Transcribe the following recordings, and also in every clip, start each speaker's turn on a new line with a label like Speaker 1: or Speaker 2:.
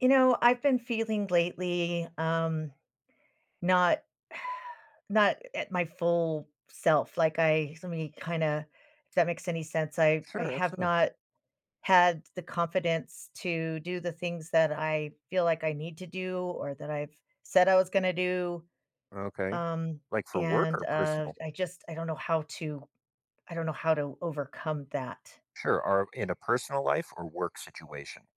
Speaker 1: You know, I've been feeling lately not not at my full self. Like I let me kind of if that makes any sense. I
Speaker 2: Sure,
Speaker 1: have
Speaker 2: absolutely.
Speaker 1: not had the confidence to do the things that I feel like I need to do or that I've said I was going to do
Speaker 2: Okay.
Speaker 1: um
Speaker 2: Like for work
Speaker 1: and
Speaker 2: or personal?
Speaker 1: I just I don't know how to I don't know how to overcome that.
Speaker 2: Sure. Or in a personal life or work situation?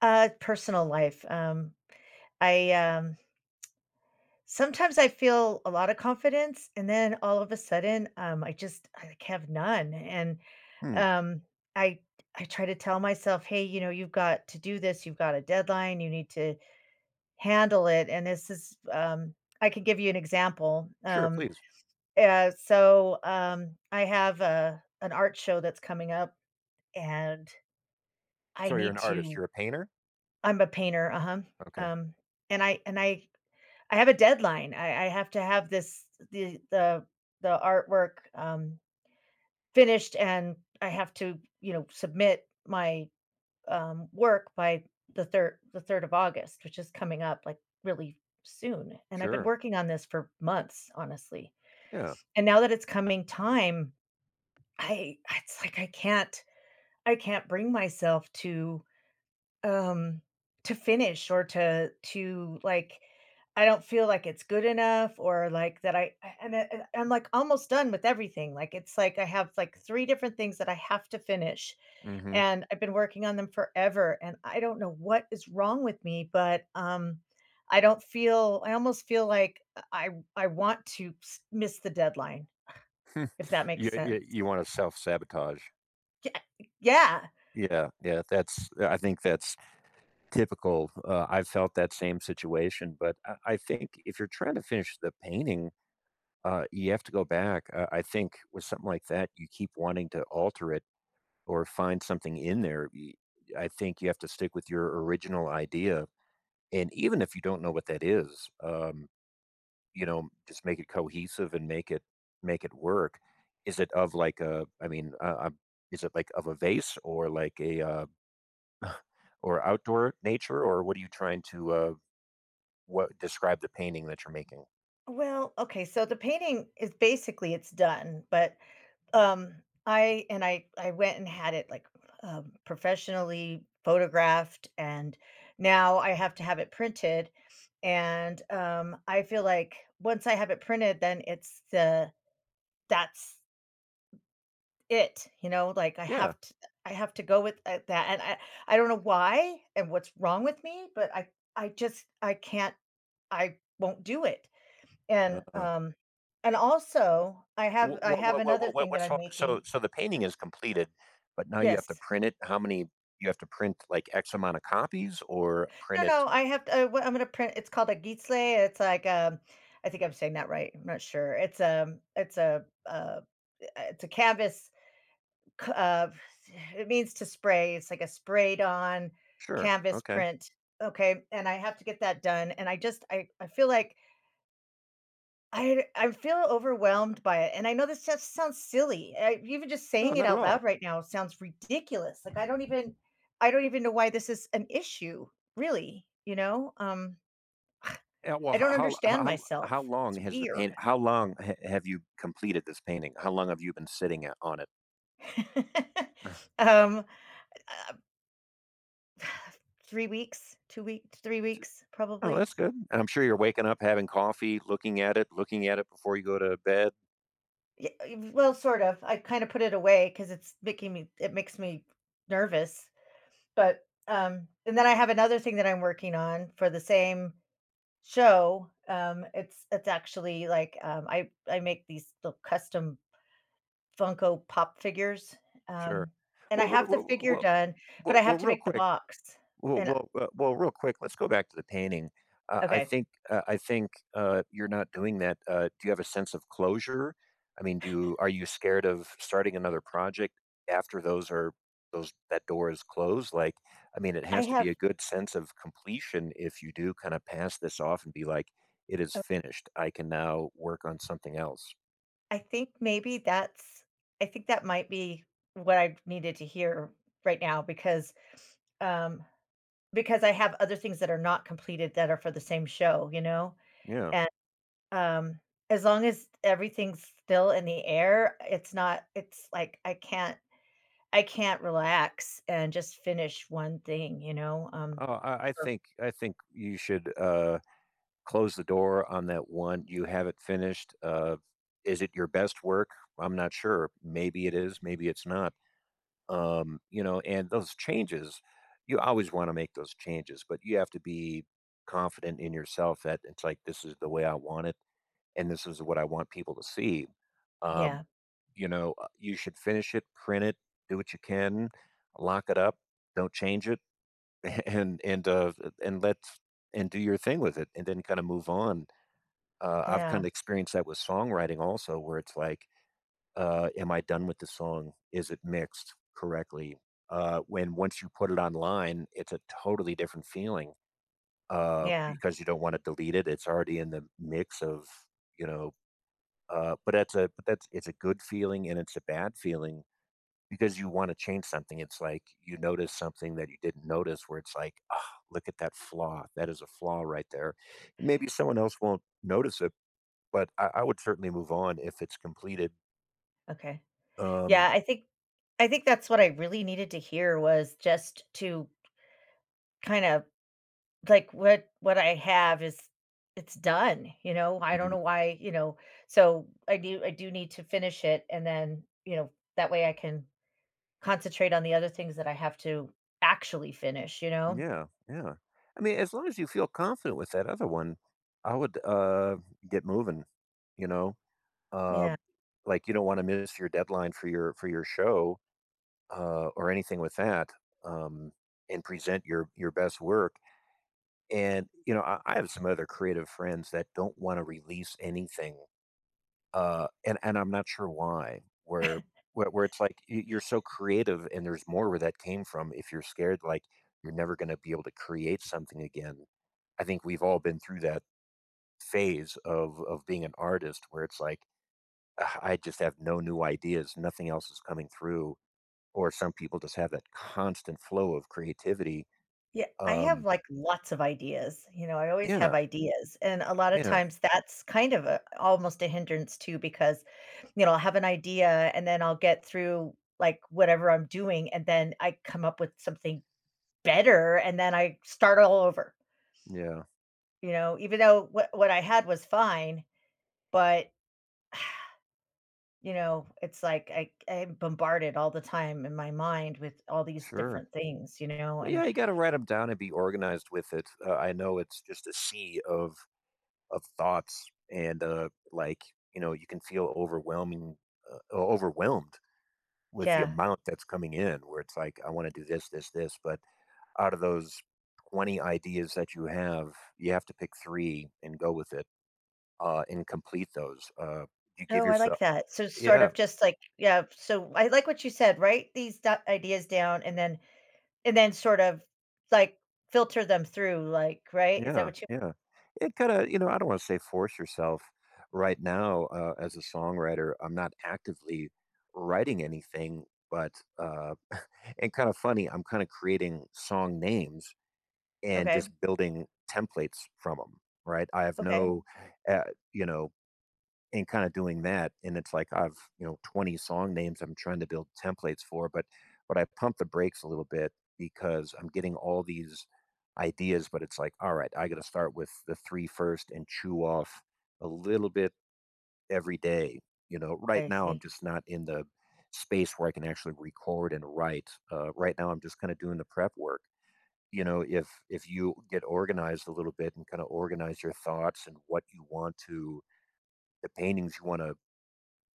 Speaker 1: Uh, personal life. I Sometimes I feel a lot of confidence, and then all of a sudden, I just I like have none. And
Speaker 2: Hmm.
Speaker 1: um, I I try to tell myself, hey, you know, you've got to do this. You've got a deadline. You need to handle it. And this is, I can give you an example.
Speaker 2: Sure, please.
Speaker 1: I have a an art show that's coming up, and I
Speaker 2: So you're
Speaker 1: need
Speaker 2: an artist.
Speaker 1: to.
Speaker 2: You're a painter?
Speaker 1: I'm a painter, uh huh.
Speaker 2: Okay.
Speaker 1: Um, and I have a deadline. I have to have this the the the artwork, finished, and I have to, you know, submit my, work by the 3rd of August, which is coming up, like, really soon, and I've been
Speaker 2: Sure.
Speaker 1: working on this for months, honestly,
Speaker 2: Yeah.
Speaker 1: and now that it's coming time, I it's like I can't bring myself Um, to finish or to like I don't feel like it's good enough or, like, that I'm, like, almost done with everything, like, it's like I have, like, 3 different things that I have to finish,
Speaker 2: Mm-hmm.
Speaker 1: and I've been working on them forever, and I don't know what is wrong with me, but, I don't feel I almost feel like I I want to s miss the deadline, if that
Speaker 2: you
Speaker 1: makes sense.
Speaker 2: you, you want to self sabotage.
Speaker 1: Yeah, yeah.
Speaker 2: Yeah. Yeah. That's, I think that's typical. I've felt that same situation. But I think if you're trying to finish the painting, you have to go back. I think with something like that, you keep wanting to alter it or find something in there. Y I think you have to stick with your original idea, and even if you don't know what that is, you know, just make it cohesive and make it work. Is it of like a— I mean, is it like of a vase or like a, or outdoor nature, or what are you trying to, what— describe the painting that you're making?
Speaker 1: Well, okay, so the painting is basically it's done, but I and I went and had it, like, professionally photographed, and now I have to have it printed, and, I feel like once I have it printed, then it's the that's it, you know, like,
Speaker 2: Yeah.
Speaker 1: I have to go with, that, and I don't know why and what's wrong with me, but I just I can't I won't do it, and,
Speaker 2: uh
Speaker 1: um and also,
Speaker 2: Wh
Speaker 1: I have another
Speaker 2: what what's
Speaker 1: thing
Speaker 2: what
Speaker 1: that I'm
Speaker 2: so so
Speaker 1: making.
Speaker 2: so the painting is completed, but now you have to
Speaker 1: Yes.
Speaker 2: print it. How many— you have to print, like, X amount of copies or print
Speaker 1: No,
Speaker 2: it.
Speaker 1: no, I have to, I'm gonna print. It's called a Gisle. It's like I think I'm saying that right. I'm not sure. It's a canvas. c- Uh, it means to spray. It's like a sprayed on
Speaker 2: Sure,
Speaker 1: canvas
Speaker 2: okay.
Speaker 1: print. Okay, and I have to get that done. And I just I feel like I feel overwhelmed by it. And I know this just sounds silly. I, even just
Speaker 2: No,
Speaker 1: saying it
Speaker 2: not at
Speaker 1: out
Speaker 2: all.
Speaker 1: loud right now sounds ridiculous. Like I don't even know why this is an issue. Really, you know.
Speaker 2: Yeah, well,
Speaker 1: I don't understand
Speaker 2: how
Speaker 1: myself.
Speaker 2: long
Speaker 1: It's
Speaker 2: has the paint
Speaker 1: weird.
Speaker 2: how long ha have you completed this painting? How long have you been sitting a on it? Uh,
Speaker 1: Um, uh, 3 weeks, 2 weeks, 3 weeks
Speaker 2: oh,
Speaker 1: probably.
Speaker 2: that's good. And I'm sure you're waking up, having coffee, looking at it before you go to bed.
Speaker 1: Ye Well, sort of. I kinda put it away because it makes me nervous, but, and then I have another thing that I'm working on for the same show. It's actually, like, I make these little custom Funko Pop figures,
Speaker 2: Sure.
Speaker 1: um, and I
Speaker 2: Well, re
Speaker 1: have the
Speaker 2: well well
Speaker 1: figure
Speaker 2: well
Speaker 1: done, but
Speaker 2: well,
Speaker 1: I
Speaker 2: well,
Speaker 1: have to
Speaker 2: real
Speaker 1: make the
Speaker 2: quick
Speaker 1: box, and
Speaker 2: Well, real quick, let's go back to the painting.
Speaker 1: okay,
Speaker 2: I think you're not doing that. Do you have a sense of closure? I mean, do are you scared of starting another project after those— that door is closed? Like, I mean, it
Speaker 1: I
Speaker 2: has to be a
Speaker 1: have
Speaker 2: good sense of completion if you do kind of pass this off and be like, it is finished. I can now work on something else.
Speaker 1: I think maybe that's I think that might be what I needed to hear right now um because I have other things that are not completed that are for the same show, you know?
Speaker 2: Yeah.
Speaker 1: And, um, as long as everything's still in the air, it's not it's like I can't relax and just finish one thing, you know?
Speaker 2: Oh, I
Speaker 1: Or
Speaker 2: think you should. Close the door on that one. You have it finished. Is it your best work? I'm not sure. Maybe it is. Maybe it's not. You know, and those changes, you always want to make those changes, but you have to be confident in yourself that it's like this is the way I want it, and this is what I want people to see. Um,
Speaker 1: yeah,
Speaker 2: you know, you should finish it, print it, do what you can, lock it up, don't change it, and and uh, and let and do your thing with it, and then kind of move on. I've
Speaker 1: yeah,
Speaker 2: kind of experienced that with songwriting also, where it's like, am I done with the song? Is it mixed correctly? When Once you put it online, it's a totally different feeling.
Speaker 1: yeah,
Speaker 2: Because you don't want to delete it. It's already in the mix of, you know. But that's a but that's it's a good feeling and it's a bad feeling because you want to change something. It's like you notice something that you didn't notice, where it's like, ah, look at that flaw. That is a flaw right there. Maybe someone else won't notice it, but I would certainly move on if it's completed.
Speaker 1: okay.
Speaker 2: Um,
Speaker 1: Yeah, I think that's what I really needed to hear was just to kind of like, what I have is it's done, you know? I don't
Speaker 2: Mhm.
Speaker 1: know why, you know? So, I do need to finish it, and then, you know, that way I can concentrate on the other things that I have to actually finish, you know?
Speaker 2: Yeah, yeah. I mean, as long as you feel confident with that other one, I would get moving. You know,
Speaker 1: Yeah.
Speaker 2: um, like you don't want to miss your deadline for your show, or anything with that, um, and present your best work. And you know, I have some other creative friends that don't want to release anything. And I'm not sure why. Where it's like you're so creative, and there's more where that came from. If you're scared, like, you're never going to be able to create something again. I think we've all been through that phase of being an artist, where it's like, "Ugh, I just have no new ideas, nothing else is coming through." Or some people just have that constant flow of creativity.
Speaker 1: Yeah, I have,
Speaker 2: Um,
Speaker 1: like, lots of ideas, you know, I always
Speaker 2: yeah,
Speaker 1: have ideas, and a lot of
Speaker 2: yeah,
Speaker 1: times that's kind of a almost a hindrance too because, you know, I'll have an idea, and then I'll get through, like, whatever I'm doing, and then I come up with something better and then I start all over,
Speaker 2: yeah,
Speaker 1: you know, even though what I had was fine, but you know, it's like I'm bombarded all the time in my mind with all these
Speaker 2: sure.
Speaker 1: different things, you know,
Speaker 2: But
Speaker 1: and
Speaker 2: yeah, you got to write them down and be organized with it. I know it's just a sea of thoughts, and like, you know, you can feel overwhelming— overwhelmed with the
Speaker 1: yeah.
Speaker 2: amount that's coming in, where it's like, I want to do this, but out of those 20 ideas that you have to pick three and go with it. And complete those. You give
Speaker 1: Oh, I like
Speaker 2: yourself—
Speaker 1: that. So sort
Speaker 2: yeah,
Speaker 1: of just like, yeah, so I like what you said, write these ideas down and then sort of like filter them through like, right? Is that
Speaker 2: yeah,
Speaker 1: what you
Speaker 2: yeah, it kind of— you know, I don't want to say force yourself right now. As a songwriter, I'm not actively writing anything, but uh and kind of funny, I'm kind of creating song names and just
Speaker 1: Okay.
Speaker 2: building templates from them, right? I have
Speaker 1: Okay.
Speaker 2: no— uh, you know, and kind of doing that. And it's like I've, you know, 20 song names I'm trying to build templates for, but I pump the brakes a little bit because I'm getting all these ideas, but it's like, all right, I got to start with the three first and chew off a little bit every day. You know, right
Speaker 1: I
Speaker 2: now I'm
Speaker 1: see.
Speaker 2: just not in the space where I can actually record and write. Right now I'm just kind of doing the prep work. You know, if you get organized a little bit and kind of organize your thoughts and what you want to— the paintings you want to,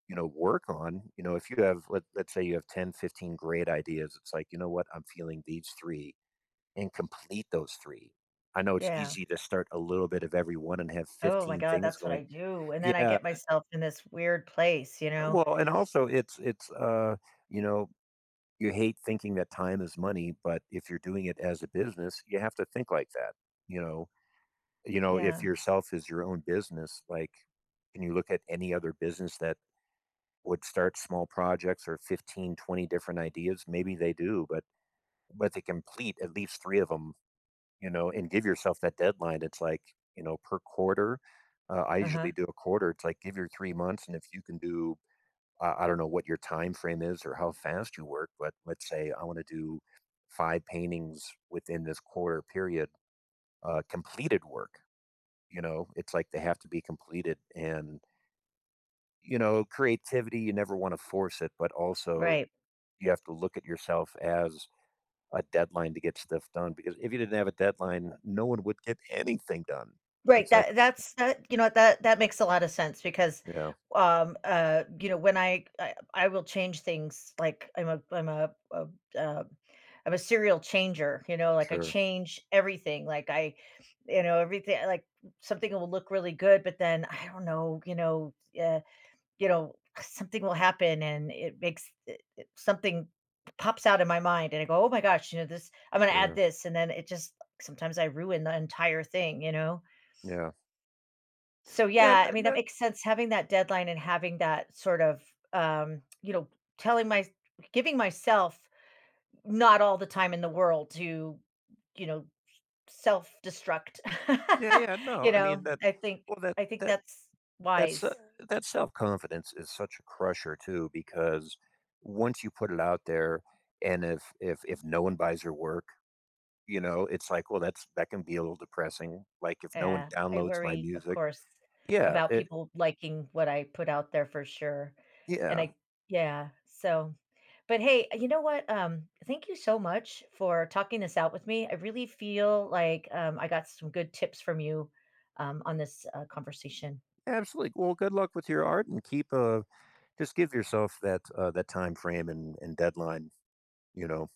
Speaker 2: you know, work on. You know, if you have— let's say you have 10, 15 great ideas, it's like, you know what, I'm feeling these three and complete those three. I know it's
Speaker 1: Yeah.
Speaker 2: easy to start a little bit of every one and have
Speaker 1: Oh my
Speaker 2: 15
Speaker 1: god,
Speaker 2: things
Speaker 1: that's what I
Speaker 2: going.
Speaker 1: do, and then I
Speaker 2: Yeah.
Speaker 1: get myself in this weird place, you know?
Speaker 2: Well, and also it's you know, you hate thinking that time is money, but if you're doing it as a business, you have to think like that, you know? You know, if
Speaker 1: Yeah,
Speaker 2: yourself is your own business, like, can you look at any other business that would start small projects or 15, 20 different ideas? Maybe they do, but they complete at least 3 of them. You know, and give yourself that deadline. It's like, you know, per quarter. I
Speaker 1: uh-huh,
Speaker 2: usually do a quarter. It's like, give your 3 months. And if you can do— I don't know what your time frame is or how fast you work, but let's say I want to do five paintings within this quarter period, completed work. You know, it's like they have to be completed. And, you know, creativity, you never want to force it, but also
Speaker 1: right.
Speaker 2: you have to look at yourself as a deadline to get stuff done because if you didn't have a deadline, no one would get anything done.
Speaker 1: Right,
Speaker 2: It's like,
Speaker 1: that that's that you know, that that makes a lot of sense because,
Speaker 2: yeah,
Speaker 1: you know, when I will change things, like, I'm um, I'm a serial changer, you know, like, I
Speaker 2: sure,
Speaker 1: change everything, like, I you know, everything like, something will look really good, but then, I don't know, you know, uh you know, something will happen and it makes something pops out in my mind and I go, "Oh my gosh, you know, this I'm going to add
Speaker 2: sure.
Speaker 1: this." And then it just sometimes I ruin the entire thing, you know.
Speaker 2: Yeah.
Speaker 1: So
Speaker 2: Yeah.
Speaker 1: yeah,
Speaker 2: No,
Speaker 1: I mean that
Speaker 2: no,
Speaker 1: makes sense having that deadline and having that sort of you know, telling my giving myself not all the time in the world to, you know, self-destruct.
Speaker 2: yeah. Yeah. No,
Speaker 1: you
Speaker 2: I mean,
Speaker 1: know,
Speaker 2: that, well, that,
Speaker 1: I think
Speaker 2: that,
Speaker 1: that's
Speaker 2: That's uh,
Speaker 1: wise.
Speaker 2: that self-confidence is such a crusher too because once you put it out there, and if no one buys your work, you know, it's like, well, that can be a little depressing. Like if no one
Speaker 1: Yeah, I
Speaker 2: downloads my
Speaker 1: worry, of
Speaker 2: music.
Speaker 1: course,
Speaker 2: Yeah,
Speaker 1: about people liking what I put out there for sure. And
Speaker 2: yeah.
Speaker 1: I yeah, so but hey, you know what? Thank you so much for talking this out with me. I really feel like I got some good tips from you on this conversation.
Speaker 2: Absolutely. Well, good luck with your art, and keep just give yourself that that time frame and deadline, you know.